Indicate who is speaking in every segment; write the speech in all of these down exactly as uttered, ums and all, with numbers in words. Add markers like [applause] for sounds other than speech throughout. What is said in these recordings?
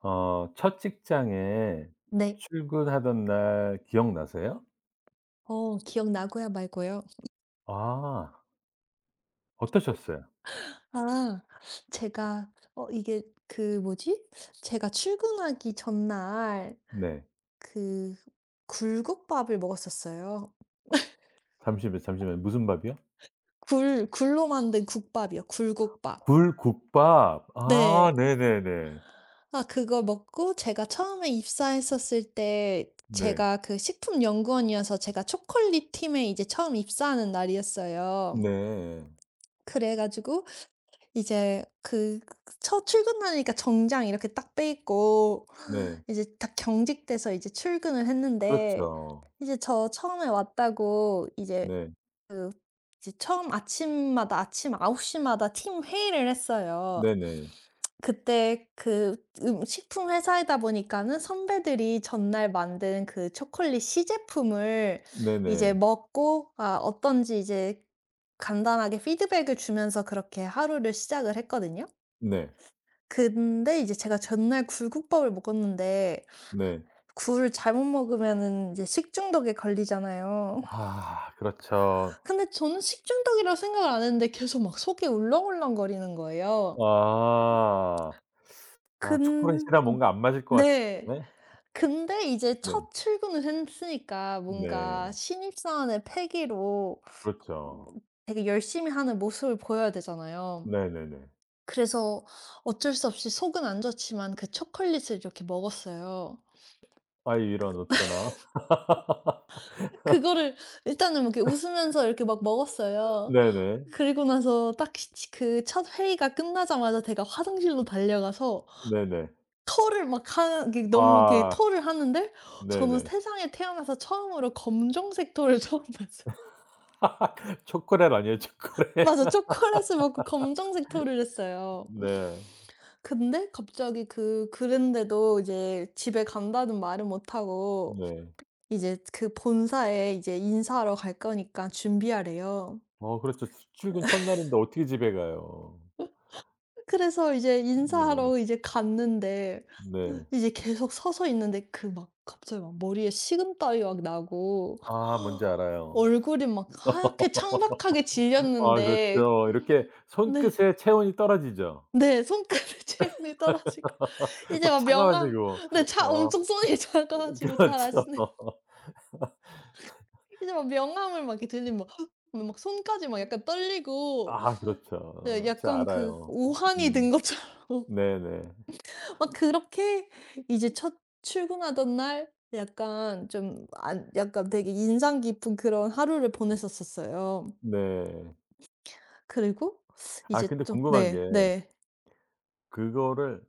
Speaker 1: 어 첫 직장에
Speaker 2: 네.
Speaker 1: 출근하던 날 기억나세요?
Speaker 2: 어 기억나고야 말고요.
Speaker 1: 아 어떠셨어요?
Speaker 2: 아 제가 어 이게 그 뭐지? 제가 출근하기 전날
Speaker 1: 네.
Speaker 2: 그 굴국밥을 먹었었어요.
Speaker 1: 잠시만요, 잠시만요. 무슨 밥이요?
Speaker 2: 굴 굴로 만든 국밥이요. 굴국밥.
Speaker 1: 굴 국밥. 아
Speaker 2: 네.
Speaker 1: 네네네.
Speaker 2: 아 그거 먹고 제가 처음에 입사했었을 때
Speaker 1: 네.
Speaker 2: 제가 그 식품연구원이어서 제가 초콜릿 팀에 이제 처음 입사하는 날이었어요.
Speaker 1: 네.
Speaker 2: 그래 가지고 이제 그 첫 출근하니까 정장 이렇게 딱 빼입고
Speaker 1: 네.
Speaker 2: 이제 딱 경직돼서 이제 출근을 했는데
Speaker 1: 그렇죠.
Speaker 2: 이제 저 처음에 왔다고 이제
Speaker 1: 네.
Speaker 2: 그 이제 처음 아침마다 아침 아홉 시 마다 팀 회의를 했어요.
Speaker 1: 네네.
Speaker 2: 그때 그 음 식품 회사이다 보니까는 선배들이 전날 만든 그 초콜릿 시제품을 이제
Speaker 1: 네네.
Speaker 2: 먹고 아 어떤지 이제 간단하게 피드백을 주면서 그렇게 하루를 시작을 했거든요.
Speaker 1: 네.
Speaker 2: 근데 이제 제가 전날 굴국밥을 먹었는데
Speaker 1: 네.
Speaker 2: 굴을 잘못 먹으면은 이제 식중독에 걸리잖아요.
Speaker 1: 아 그렇죠.
Speaker 2: 근데 저는 식중독이라고 생각을 안 했는데 계속 막 속이 울렁울렁거리는 거예요.
Speaker 1: 아. 아
Speaker 2: 근
Speaker 1: 초콜릿이랑 뭔가 안 맞을 것
Speaker 2: 네.
Speaker 1: 같은데.
Speaker 2: 근데 이제
Speaker 1: 네.
Speaker 2: 첫 출근을 했으니까 뭔가
Speaker 1: 네.
Speaker 2: 신입사원의 패기로 뭐
Speaker 1: 그렇죠.
Speaker 2: 되게 열심히 하는 모습을 보여야 되잖아요.
Speaker 1: 네네네.
Speaker 2: 그래서 어쩔 수 없이 속은 안 좋지만 그 초콜릿을 이렇게 먹었어요.
Speaker 1: '아 이런 어쩌나.'
Speaker 2: 그거를 일단은 뭐 이렇게 웃으면서 이렇게 막 먹었어요.
Speaker 1: 네네.
Speaker 2: 그리고 나서 딱 그 첫 회의가 끝나자마자 제가 화장실로 달려가서
Speaker 1: 네네.
Speaker 2: 토를 막 하는 게 너무 이렇게
Speaker 1: 아
Speaker 2: 토를 하는데 저는
Speaker 1: 네네.
Speaker 2: 세상에 태어나서 처음으로 검정색 토를 [laughs] 처음 봤어요.
Speaker 1: [laughs] 초콜릿 아니에요, 초콜릿.
Speaker 2: 맞아.
Speaker 1: [laughs]
Speaker 2: 초콜릿을 먹고 검정색 토를 했어요.
Speaker 1: 네.
Speaker 2: 근데 갑자기 그 그랬는데도 이제 집에 간다는 말은 못 하고
Speaker 1: 네.
Speaker 2: 이제 그 본사에 이제 인사하러 갈 거니까 준비하래요.
Speaker 1: 어 그렇죠. 수 출근 첫날인데 어떻게 집에 가요.
Speaker 2: 그래서 이제
Speaker 1: 네.
Speaker 2: 인사하러 이제 갔는데
Speaker 1: 네.
Speaker 2: 이제 계속 서서 있는데 그 막 갑자기 막 머리에 식은땀이 막 나고
Speaker 1: 아 뭔지 알아요.
Speaker 2: 얼굴이 막 하얗게 창백하게
Speaker 1: [laughs] 아
Speaker 2: 질렸는데
Speaker 1: 그렇죠. 이렇게
Speaker 2: 네.
Speaker 1: 손끝에 체온이 떨어지죠.
Speaker 2: 네. 손끝에 [laughs] 체온이 떨어지고
Speaker 1: [laughs]
Speaker 2: 이제
Speaker 1: 막
Speaker 2: 막 명암
Speaker 1: 차가워지고.
Speaker 2: 네 자
Speaker 1: 어
Speaker 2: 엄청 손이 작아
Speaker 1: [laughs]
Speaker 2: 가지고 잘
Speaker 1: 그렇죠.
Speaker 2: 아시네요. 이제 막 명암을 막 이렇게 들리면 막 막 손까지 막 약간 떨리고
Speaker 1: 아
Speaker 2: 네
Speaker 1: 그렇죠. 제가
Speaker 2: 약간 그
Speaker 1: 알아요.
Speaker 2: 오한이
Speaker 1: 음.
Speaker 2: 든 것처럼
Speaker 1: 네네.
Speaker 2: 막 그렇게 이제 첫 출근하던 날 약간 좀 안 약간 되게 인상 깊은 그런 하루를 보냈었었어요.
Speaker 1: 네.
Speaker 2: 그리고
Speaker 1: 아
Speaker 2: 이제
Speaker 1: 근데
Speaker 2: 또
Speaker 1: 궁금한
Speaker 2: 네
Speaker 1: 게
Speaker 2: 네.
Speaker 1: 그거를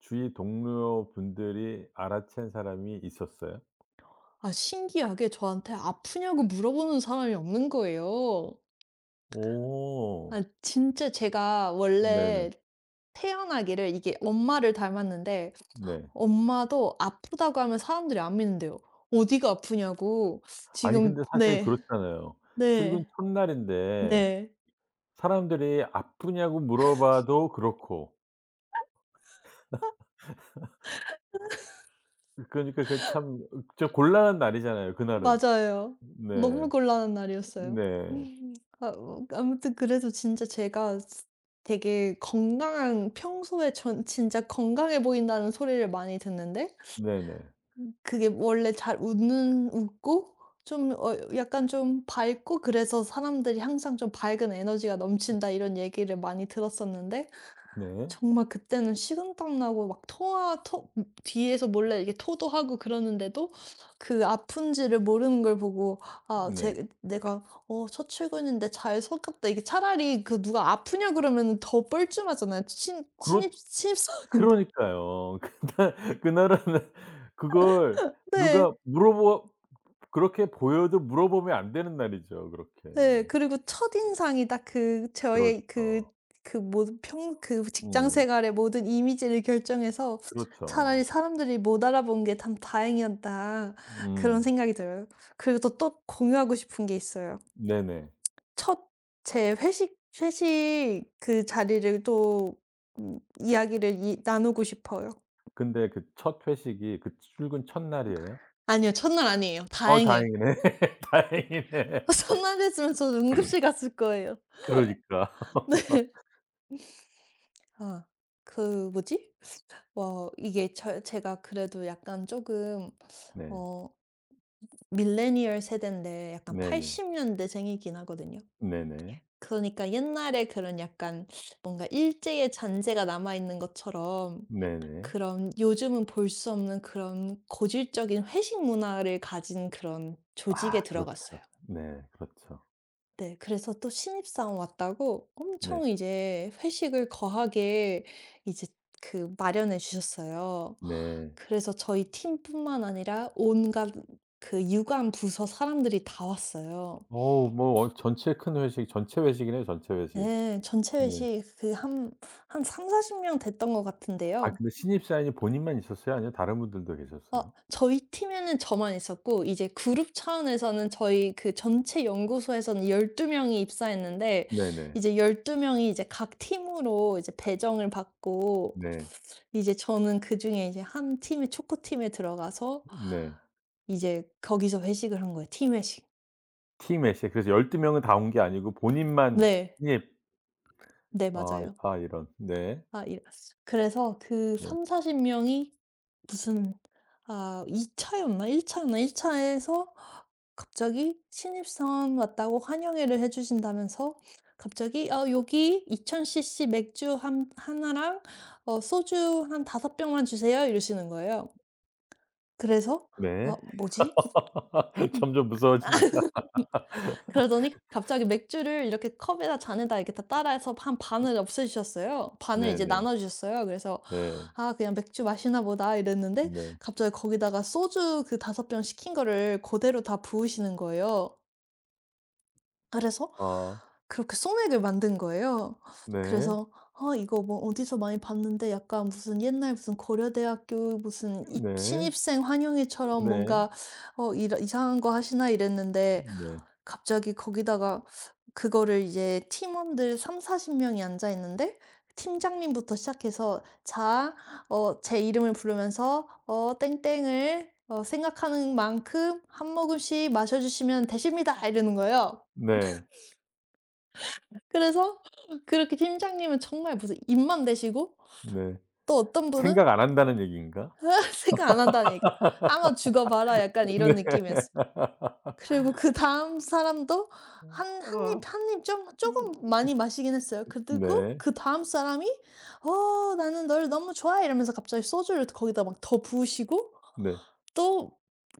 Speaker 1: 주위 동료분들이 알아챈 사람이 있었어요?
Speaker 2: 아 신기하게 저한테 아프냐고 물어보는 사람이 없는 거예요.
Speaker 1: 오.
Speaker 2: 아 진짜 제가 원래
Speaker 1: 네네.
Speaker 2: 태어나기를 이게 엄마를 닮았는데
Speaker 1: 네.
Speaker 2: 엄마도 아프다고 하면 사람들이 안 믿는대요. "어디가 아프냐."고.
Speaker 1: 아니
Speaker 2: 지금
Speaker 1: 근데 사실
Speaker 2: 네.
Speaker 1: 그렇잖아요. 출근
Speaker 2: 네.
Speaker 1: 첫날인데
Speaker 2: 네.
Speaker 1: 사람들이 "아프냐고?" 물어봐도 그렇고 그러니까 그 참 진짜 곤란한 날이잖아요 그날은.
Speaker 2: 맞아요. 너무
Speaker 1: 네.
Speaker 2: 곤란한 날이었어요.
Speaker 1: 네.
Speaker 2: 음. 아 어 아무튼 그래도 진짜 제가 스 되게 건강한 평소에 전 진짜 건강해 보인다는 소리를 많이 듣는데
Speaker 1: 네네.
Speaker 2: 그게 원래 잘 웃는 웃고 좀 어 약간 좀 밝고 그래서 사람들이 항상 좀 "밝은 에너지가 넘친다." 이런 얘기를 많이 들었었는데
Speaker 1: 네.
Speaker 2: 정말 그때는 식은땀 나고 막 토하 토 음 뒤에서 몰래 이렇게 토도 하고 그러는데도 그 아픈지를 모르는 걸 보고 아
Speaker 1: 네.
Speaker 2: 제 내가 '어 첫 출근인데 잘 속았다.' 이게 차라리 그 누가 아프냐 그러면은 더 뻘쭘하잖아요. 치 친
Speaker 1: 그렇
Speaker 2: 신입 신입사원인데.
Speaker 1: 그러니까요. [laughs] 그날 그날은 그걸 누가
Speaker 2: 네.
Speaker 1: 물어보 그렇게 보여도 물어보면 안 되는 날이죠 그렇게.
Speaker 2: 네. 그리고 첫인상이 딱 그 저의 그
Speaker 1: 그렇죠.
Speaker 2: 그 모든 평 그 직장
Speaker 1: 음
Speaker 2: 생활의 모든 이미지를 결정해서 '차라리
Speaker 1: 그렇죠.
Speaker 2: 사람들이 못 알아본 게 참 다행이었다.' 그런
Speaker 1: 음
Speaker 2: 생각이 들어요. 그리고 또, 또 공유하고 싶은 게 있어요.
Speaker 1: 네네.
Speaker 2: 첫 제 회식 회식 그 자리를 또 음 이야기를 이 나누고 싶어요.
Speaker 1: 근데 그 첫 회식이 그 출근 첫날이에요?
Speaker 2: 아니요. 첫날 아니에요.
Speaker 1: 어
Speaker 2: 다행히.
Speaker 1: 다행이네. [laughs]
Speaker 2: [laughs]
Speaker 1: 다행이네.
Speaker 2: 첫날 했으면 저는 응급실 갔을 거예요.
Speaker 1: 그러니까.
Speaker 2: [laughs] 네. 아 그 뭐지? 뭐 이게 저 제가 그래도 약간 조금
Speaker 1: 네.
Speaker 2: 어 밀레니얼 세대인데 약간
Speaker 1: 네네.
Speaker 2: 팔십 년대생이긴 하거든요.
Speaker 1: 네네.
Speaker 2: 그러니까 옛날에 그런 약간 뭔가 일제의 잔재가 남아 있는 것처럼
Speaker 1: 네네.
Speaker 2: 그런 요즘은 볼 수 없는 그런 고질적인 회식 문화를 가진 그런
Speaker 1: 아
Speaker 2: 조직에 들어갔어요.
Speaker 1: 그렇죠. 네 그렇죠.
Speaker 2: 네. 그래서 또 신입사원 왔다고
Speaker 1: 네.
Speaker 2: 엄청 이제 회식을 거하게 이제 그 마련해 주셨어요.
Speaker 1: 네.
Speaker 2: 그래서 저희 팀뿐만 아니라 온갖 그 유관 부서 사람들이 다 왔어요.
Speaker 1: 어우 뭐 어 전체 큰 회식 전체 회식이네요 전체 회식.
Speaker 2: 네. 전체
Speaker 1: 네.
Speaker 2: 회식 그 한, 한 삼사십 명 됐던 것
Speaker 1: 아
Speaker 2: 같은데요.
Speaker 1: 근데 신입사원이 본인만 있었어요? 아니면 다른 분들도
Speaker 2: 어
Speaker 1: 계셨어요?
Speaker 2: 저희 팀에는 저만 있었고 이제 그룹 차원에서는 저희 그 전체 연구소에서는 열두 명 명이 입사했는데
Speaker 1: 네네.
Speaker 2: 이제 열두 명 명이 이제 각 팀으로 이제 배정을 받고
Speaker 1: 네.
Speaker 2: 이제 저는 그중에 이제 한 팀에 초코팀에 들어가서
Speaker 1: 네.
Speaker 2: 이제 거기서 회식을 한 거예요. 팀 회식.
Speaker 1: 팀 애시에 그래서 열두 명은 다 온 게 아니고 본인만
Speaker 2: 네.
Speaker 1: 신입.
Speaker 2: 네
Speaker 1: 아
Speaker 2: 맞아요.
Speaker 1: 아 이런. 네.
Speaker 2: 아 이 그래서 그
Speaker 1: 네.
Speaker 2: 삼사십 명이 무슨 아 이 차 차였나 일 차 차였나 일 차 차에서 갑자기 신입사원 왔다고 환영회를 해 주신다면서 갑자기 "어 여기 이천 시시 맥주 한나랑 어 소주 한 다섯 병 병만 주세요." 이러시는 거예요. 그래서 어
Speaker 1: 네.
Speaker 2: 뭐지?'
Speaker 1: [laughs]
Speaker 2: [laughs]
Speaker 1: 점점 무서워진다.
Speaker 2: 그러더니 갑자기 맥주를 이렇게 컵에다 잔에다 이렇게 다 따라서 한 반을 없애 주셨어요. 반을
Speaker 1: 네
Speaker 2: 이제
Speaker 1: 네.
Speaker 2: 나눠 주셨어요. 그래서
Speaker 1: 네.
Speaker 2: 아 그냥 '맥주 마시나 보다.' 이랬는데
Speaker 1: 네.
Speaker 2: 갑자기 거기다가 소주 그 다섯 병 시킨 거를 그대로 다 부으시는 거예요. 그래서
Speaker 1: 아
Speaker 2: 그렇게 소맥을 만든 거예요.
Speaker 1: 네.
Speaker 2: 그래서 '아 이거 뭐 어디서 많이 봤는데 약간 무슨 옛날 무슨 고려대학교 무슨 입
Speaker 1: 네.
Speaker 2: 신입생 환영회처럼
Speaker 1: 네.
Speaker 2: 뭔가 어 이 이상한 거 하시나?' 이랬는데
Speaker 1: 네.
Speaker 2: 갑자기 거기다가 그거를 이제 팀원들 삼사4 십 명이 앉아 있는데 팀장님부터 시작해서 "자 어 제 이름을 부르면서 어 땡땡을 어 생각하는 만큼 한 모금씩 마셔 주시면 되십니다." 이러는 거예요.
Speaker 1: 네.
Speaker 2: 그래서 그렇게 팀장님은 정말 무슨 입만 대시고
Speaker 1: 네.
Speaker 2: 또 어떤 분은
Speaker 1: 생각 안 한다는 얘기인가?
Speaker 2: [laughs] 생각 안 한다." 얘기 "한번 죽어 봐라." 약간
Speaker 1: [laughs] 네.
Speaker 2: 이런 느낌이었어요. 그리고 그다음 사람도 한 한입
Speaker 1: 아.
Speaker 2: 한입 좀 조금 많이 마시긴 했어요. 그리고
Speaker 1: 네.
Speaker 2: 그다음 사람이 "어 나는 널 너무 좋아해." 이러면서 갑자기 소주를 거기다 막 더 부으시고
Speaker 1: 네.
Speaker 2: 또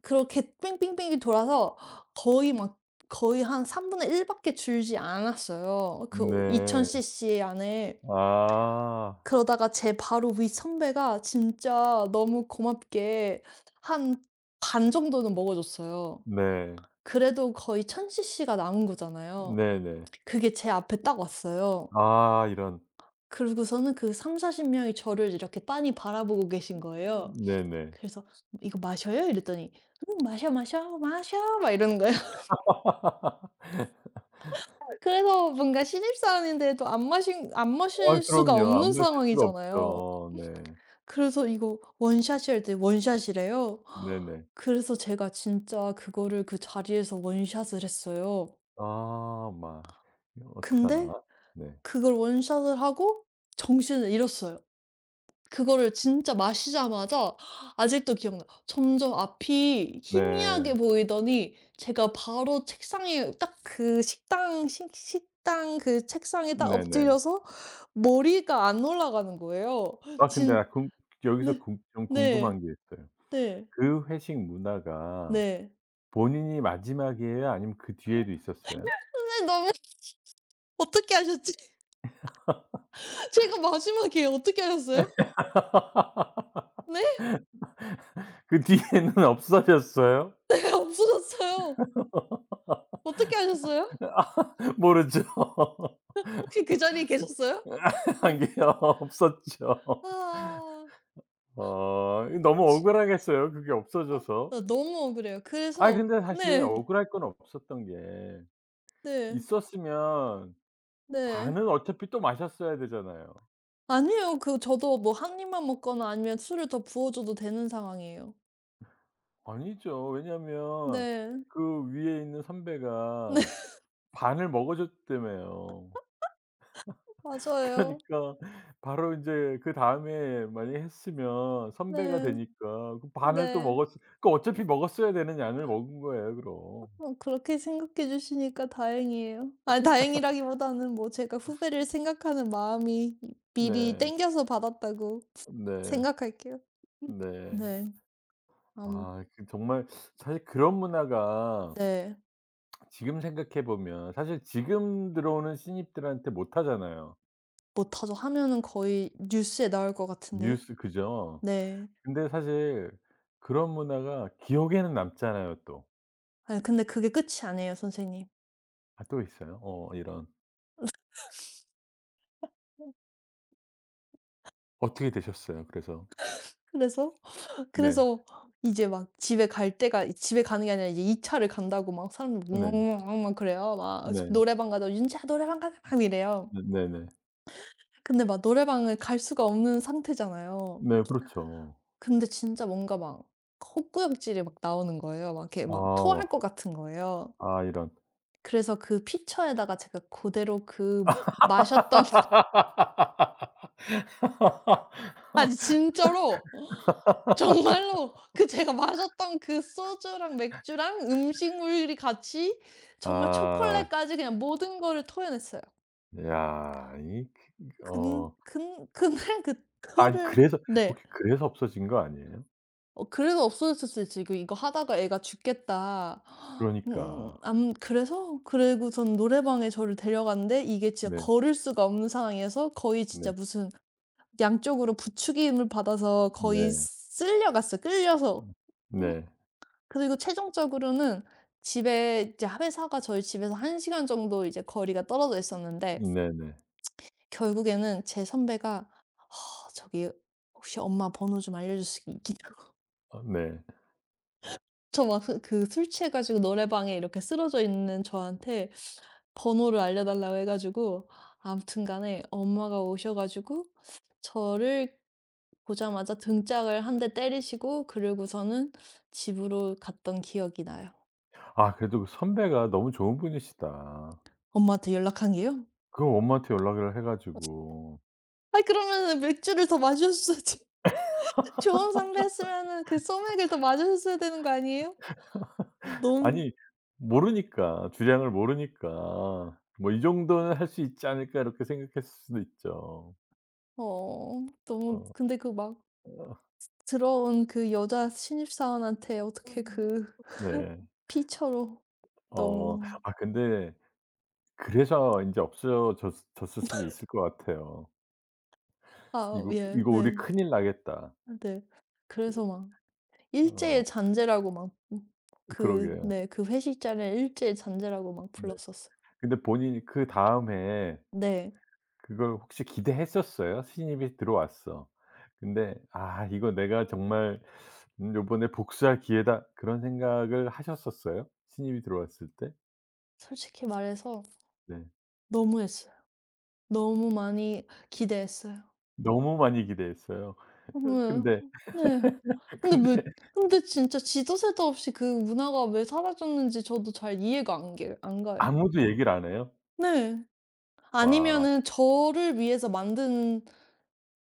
Speaker 2: 그렇게 뺑뺑뺑이 돌아서 거의 막 거의 한일 밖에 줄지 않았어요, 그 이천
Speaker 1: 네.
Speaker 2: cc 안에.
Speaker 1: 아.
Speaker 2: 그러다가 제 바로 윗선배가 진짜 너무 고맙게 한 반 정도는 먹어 줬어요.
Speaker 1: 네.
Speaker 2: 그래도 거의 천 시시가 남은 거잖아요.
Speaker 1: 네 네.
Speaker 2: 그게 제 앞에 딱 왔어요.
Speaker 1: 아 이런.
Speaker 2: 그러고서는 그 삼사십 명이 저를 이렇게 빤히 바라보고 계신 거예요.
Speaker 1: 네네.
Speaker 2: 그래서 "이거 마셔요?" 이랬더니 "응 마셔, 마셔, 마셔." 막 이러는 거예요. [laughs]
Speaker 1: [laughs]
Speaker 2: 그래서 뭔가 신입사원인데도 안 마신 안
Speaker 1: 아
Speaker 2: 마실 수가
Speaker 1: 그럼요.
Speaker 2: 없는
Speaker 1: 안 마실 수가
Speaker 2: 상황이잖아요.
Speaker 1: 없죠. 네.
Speaker 2: 그래서 이거 원샷이 할 때 원샷이래요.
Speaker 1: 네네.
Speaker 2: 그래서 제가 진짜 그거를 그 자리에서 원샷을 했어요.
Speaker 1: 아 막 이거
Speaker 2: 근데
Speaker 1: 어떡하나. 네.
Speaker 2: 그걸 원샷을 하고 정신을 잃었어요. 그거를 진짜 마시자마자 아직도 기억나. 점점 앞이 희미하게
Speaker 1: 네.
Speaker 2: 보이더니 제가 바로 책상에 딱 그 식당 식 식당 그 책상에 딱
Speaker 1: 네네.
Speaker 2: 엎드려서 머리가 안 올라가는 거예요.
Speaker 1: 아 근데
Speaker 2: 진
Speaker 1: 아 궁 여기서
Speaker 2: 네.
Speaker 1: 궁 좀
Speaker 2: 네.
Speaker 1: 궁금한 게 있어요.
Speaker 2: 네.
Speaker 1: 그 회식 문화가
Speaker 2: 네.
Speaker 1: 본인이 마지막이에요? 아니면 그 뒤에도 있었어요?
Speaker 2: 근데 너무 [laughs] 어떻게 하셨지? 제가 마지막에 어떻게 하셨어요?
Speaker 1: [laughs]
Speaker 2: 네.
Speaker 1: 그 뒤에는 없어졌어요?
Speaker 2: [laughs] 없어졌어요. 어떻게 하셨어요?
Speaker 1: [laughs] 모르죠.
Speaker 2: 혹시 그 자리에 계셨어요? 음.
Speaker 1: 한 게 없었죠.
Speaker 2: 아.
Speaker 1: 어 너무
Speaker 2: 지
Speaker 1: 억울하겠어요, 그게
Speaker 2: 어, 아
Speaker 1: 없어져서.
Speaker 2: 나 너무 억울해요.
Speaker 1: 아이
Speaker 2: 그래서
Speaker 1: 근데 사실
Speaker 2: 네.
Speaker 1: 억울할 건 없었던 게
Speaker 2: 네.
Speaker 1: 있었으면
Speaker 2: 네.
Speaker 1: 반은 어차피 또 마셨어야 되잖아요.
Speaker 2: 아니에요. 그 저도 뭐 한 입만 먹거나 아니면 술을 더 부어 줘도 되는 상황이에요.
Speaker 1: 아니죠. 왜냐하면
Speaker 2: 네.
Speaker 1: 그 위에 있는
Speaker 2: 네.
Speaker 1: 선배가
Speaker 2: [laughs]
Speaker 1: 반을 먹어줬다며요. [laughs]
Speaker 2: 맞아요.
Speaker 1: 그러니까 바로 인제 그다음에 만약에 했으면 선배가
Speaker 2: 네.
Speaker 1: 되니까 그 반을 또
Speaker 2: 네.
Speaker 1: 먹었으 그 어차피 먹었어야 되는 양을 먹은 거예요 그럼.
Speaker 2: 어 그렇게 생각해 주시니까 다행이에요. 아니 다행이라기보다는 뭐 제가 후배를 생각하는 마음이 미리
Speaker 1: 네.
Speaker 2: 땡겨서 받았다고
Speaker 1: 네.
Speaker 2: 생각할게요.
Speaker 1: 네.
Speaker 2: 네. 암
Speaker 1: 아 그 정말 사실 그런 문화가
Speaker 2: 네.
Speaker 1: 지금 생각해 보면 사실 지금 들어오는 신입들한테 못 하잖아요.
Speaker 2: 못하죠. 하면은 거의 뉴스에 나올 것 같은데요.
Speaker 1: 뉴스 그죠?
Speaker 2: 네.
Speaker 1: 근데 사실 그런 문화가 기억에는 남잖아요 또.
Speaker 2: 아 근데 그게 끝이 아니에요 선생님.
Speaker 1: 아 또 있어요? 어 이런. 어떻게 되셨어요 그래서?
Speaker 2: 그래서
Speaker 1: 네.
Speaker 2: 그래서 이제 막 집에 갈 때가 집에 가는 게 아니라 이제 이 차 차를 간다고 막 사람들
Speaker 1: 네.
Speaker 2: 웅웅웅웅 막 그래요. 막
Speaker 1: 네. 네
Speaker 2: 노래방 가자 "윤지야 노래방 가자." 막 이래요.
Speaker 1: 네네. 네
Speaker 2: 근데 막 노래방을 갈 수가 없는 상태잖아요.
Speaker 1: 네, 그렇죠.
Speaker 2: 근데 진짜 뭔가 막 헛구역질이 막 나오는 거예요. 막 이렇게 막 토할
Speaker 1: 아.
Speaker 2: 것 같은 거예요.
Speaker 1: 아 이런.
Speaker 2: 그래서 그 피처에다가 제가 그대로 그 마셨던
Speaker 1: [laughs]
Speaker 2: 아니 진짜로 정말로 그 제가 마셨던 그 소주랑 맥주랑 음식물이 같이 정말
Speaker 1: 아.
Speaker 2: 초콜릿까지 그냥 모든 거를 토해냈어요.
Speaker 1: 야 이 그 어
Speaker 2: 근 근 그날
Speaker 1: 아니
Speaker 2: 그거를
Speaker 1: 그래서
Speaker 2: 네.
Speaker 1: 혹시 그래서 없어진 거 아니에요?
Speaker 2: 어 그래서 없어졌을 수 있지. '이거 이거 하다가 애가 죽겠다.' 음
Speaker 1: 그러니까.
Speaker 2: 암 그래서 그리고 전 노래방에 저를 데려갔는데 이게 진짜
Speaker 1: 네.
Speaker 2: 걸을 수가 없는 상황이어서 거의 진짜
Speaker 1: 네.
Speaker 2: 무슨 양쪽으로 부축임을 받아서 거의
Speaker 1: 네.
Speaker 2: 쓸려갔어요, 끌려서.
Speaker 1: 음. 네.
Speaker 2: 그래서 이거 최종적으로는 집에 이제 회사가 저희 집에서 1 시간 정도 이제 거리가 떨어져 있었는데
Speaker 1: 네네.
Speaker 2: 결국에는 제 선배가 "아, "저기 혹시 엄마 번호 좀 알려줄 수 있겠냐고." [laughs]
Speaker 1: 아 네.
Speaker 2: 저 막 그 그 술 취해 가지고 노래방에 이렇게 쓰러져 있는 저한테 번호를 알려달라고 해 가지고 아무튼 간에 엄마가 오셔 가지고 저를 보자마자 등짝을 한 대 때리시고 그러고서는 집으로 갔던 기억이 나요.
Speaker 1: 아 그래도 그 선배가 너무 좋은 분이시다.
Speaker 2: 엄마한테 연락한 게요?
Speaker 1: 그 엄마한테 연락을 해 가지고
Speaker 2: 아이 그러면은 맥주를 더 마셨어야지. [laughs] 좋은 상대 했으면은 그 소맥을 더 마셨어야 되는 거 아니에요? 어 너무
Speaker 1: 아니 모르니까 주량을 모르니까 '뭐 이 정도는 할 수 있지 않을까.' 이렇게 생각했을 수도 있죠.
Speaker 2: 어 너무
Speaker 1: 어.
Speaker 2: 근데 그 막
Speaker 1: 어.
Speaker 2: 들어온 그 여자 신입사원한테 어떻게 그
Speaker 1: 네.
Speaker 2: 피처로
Speaker 1: 어.
Speaker 2: 너무
Speaker 1: 아 근데 그래서 인제 없어졌 졌을 수도 있을 것 같아요.
Speaker 2: 아
Speaker 1: '이거
Speaker 2: 예
Speaker 1: 이거 우리
Speaker 2: 네.
Speaker 1: 큰일 나겠다.'
Speaker 2: 아 네.
Speaker 1: 예.
Speaker 2: 그래서 막
Speaker 1: 어
Speaker 2: 일제의 잔재라고 막 음 그
Speaker 1: 그러게요.
Speaker 2: 네 그 회식 자리를 일제의 잔재라고 막
Speaker 1: 네.
Speaker 2: 불렀었어요.
Speaker 1: 근데 본인이 그다음에
Speaker 2: 네.
Speaker 1: 그걸 혹시 기대했었어요? 신입이 들어왔어. 근데 '아 이거 내가 정말 음 요번에 복수할 기회다.' 그런 생각을 하셨었어요? 신입이 들어왔을 때?
Speaker 2: 솔직히 말해서
Speaker 1: 네.
Speaker 2: 너무했어요. 너무 많이 기대했어요.
Speaker 1: 너무 많이 기대했어요.
Speaker 2: 어
Speaker 1: [laughs]
Speaker 2: 네.
Speaker 1: 근데
Speaker 2: 네. 근데 왜
Speaker 1: 근데
Speaker 2: 근데 진짜 지도 새도 없이 그 문화가 왜 사라졌는지 저도 잘 이해가 안 게 안 가요.
Speaker 1: 아무도 얘기를 안 해요?
Speaker 2: 네.
Speaker 1: 와.
Speaker 2: 아니면은 저를 위해서 만든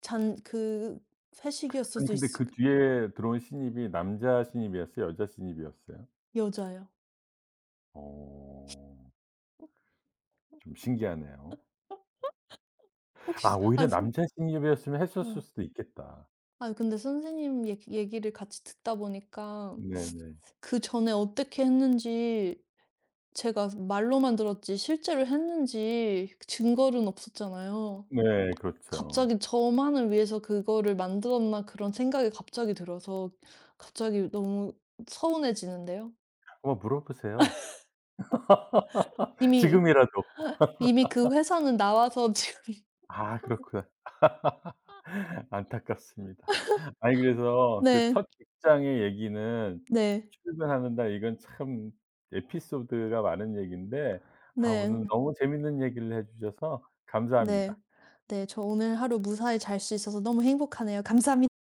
Speaker 2: 잔 그 회식이었을
Speaker 1: 아니
Speaker 2: 수도
Speaker 1: 근데
Speaker 2: 있을
Speaker 1: 그
Speaker 2: 거
Speaker 1: 뒤에 들어온 신입이 남자 신입이었어요? 여자 신입이었어요?
Speaker 2: 여자요.
Speaker 1: 어. 좀 신기하네요. 아
Speaker 2: 혹시 아
Speaker 1: 오히려
Speaker 2: 선
Speaker 1: 남자 신입이었으면 했었을
Speaker 2: 어.
Speaker 1: 수도 있겠다.
Speaker 2: 아 근데 선생님 얘기 얘기를 같이 듣다 보니까
Speaker 1: 네네.
Speaker 2: 그전에 어떻게 했는지 제가 말로만 들었지 실제로 했는지 증거는 없었잖아요.
Speaker 1: 네 네, 그렇죠.
Speaker 2: 갑자기 저만을 위해서 그거를 만들었나 그런 생각이 갑자기 들어서 갑자기 너무 서운해지는데요.
Speaker 1: 한번 물어보세요. [laughs]
Speaker 2: 이미
Speaker 1: 지금이라도.
Speaker 2: 이미 그 회사는 나와서 [laughs] 지금
Speaker 1: 아 그렇구나. [laughs] 안타깝습니다. 아니 그래서 그
Speaker 2: 네.
Speaker 1: 첫 직장의 얘기는
Speaker 2: 네.
Speaker 1: 출근하는다 이건 참 에피소드가 많은 얘기인데 아
Speaker 2: 네.
Speaker 1: 오늘 너무 재밌는 얘기를 해 주셔서
Speaker 2: 네.
Speaker 1: 감사합니다.
Speaker 2: 네. 저 오늘 하루 무사히 잘 수 있어서 너무 행복하네요. 감사합니 다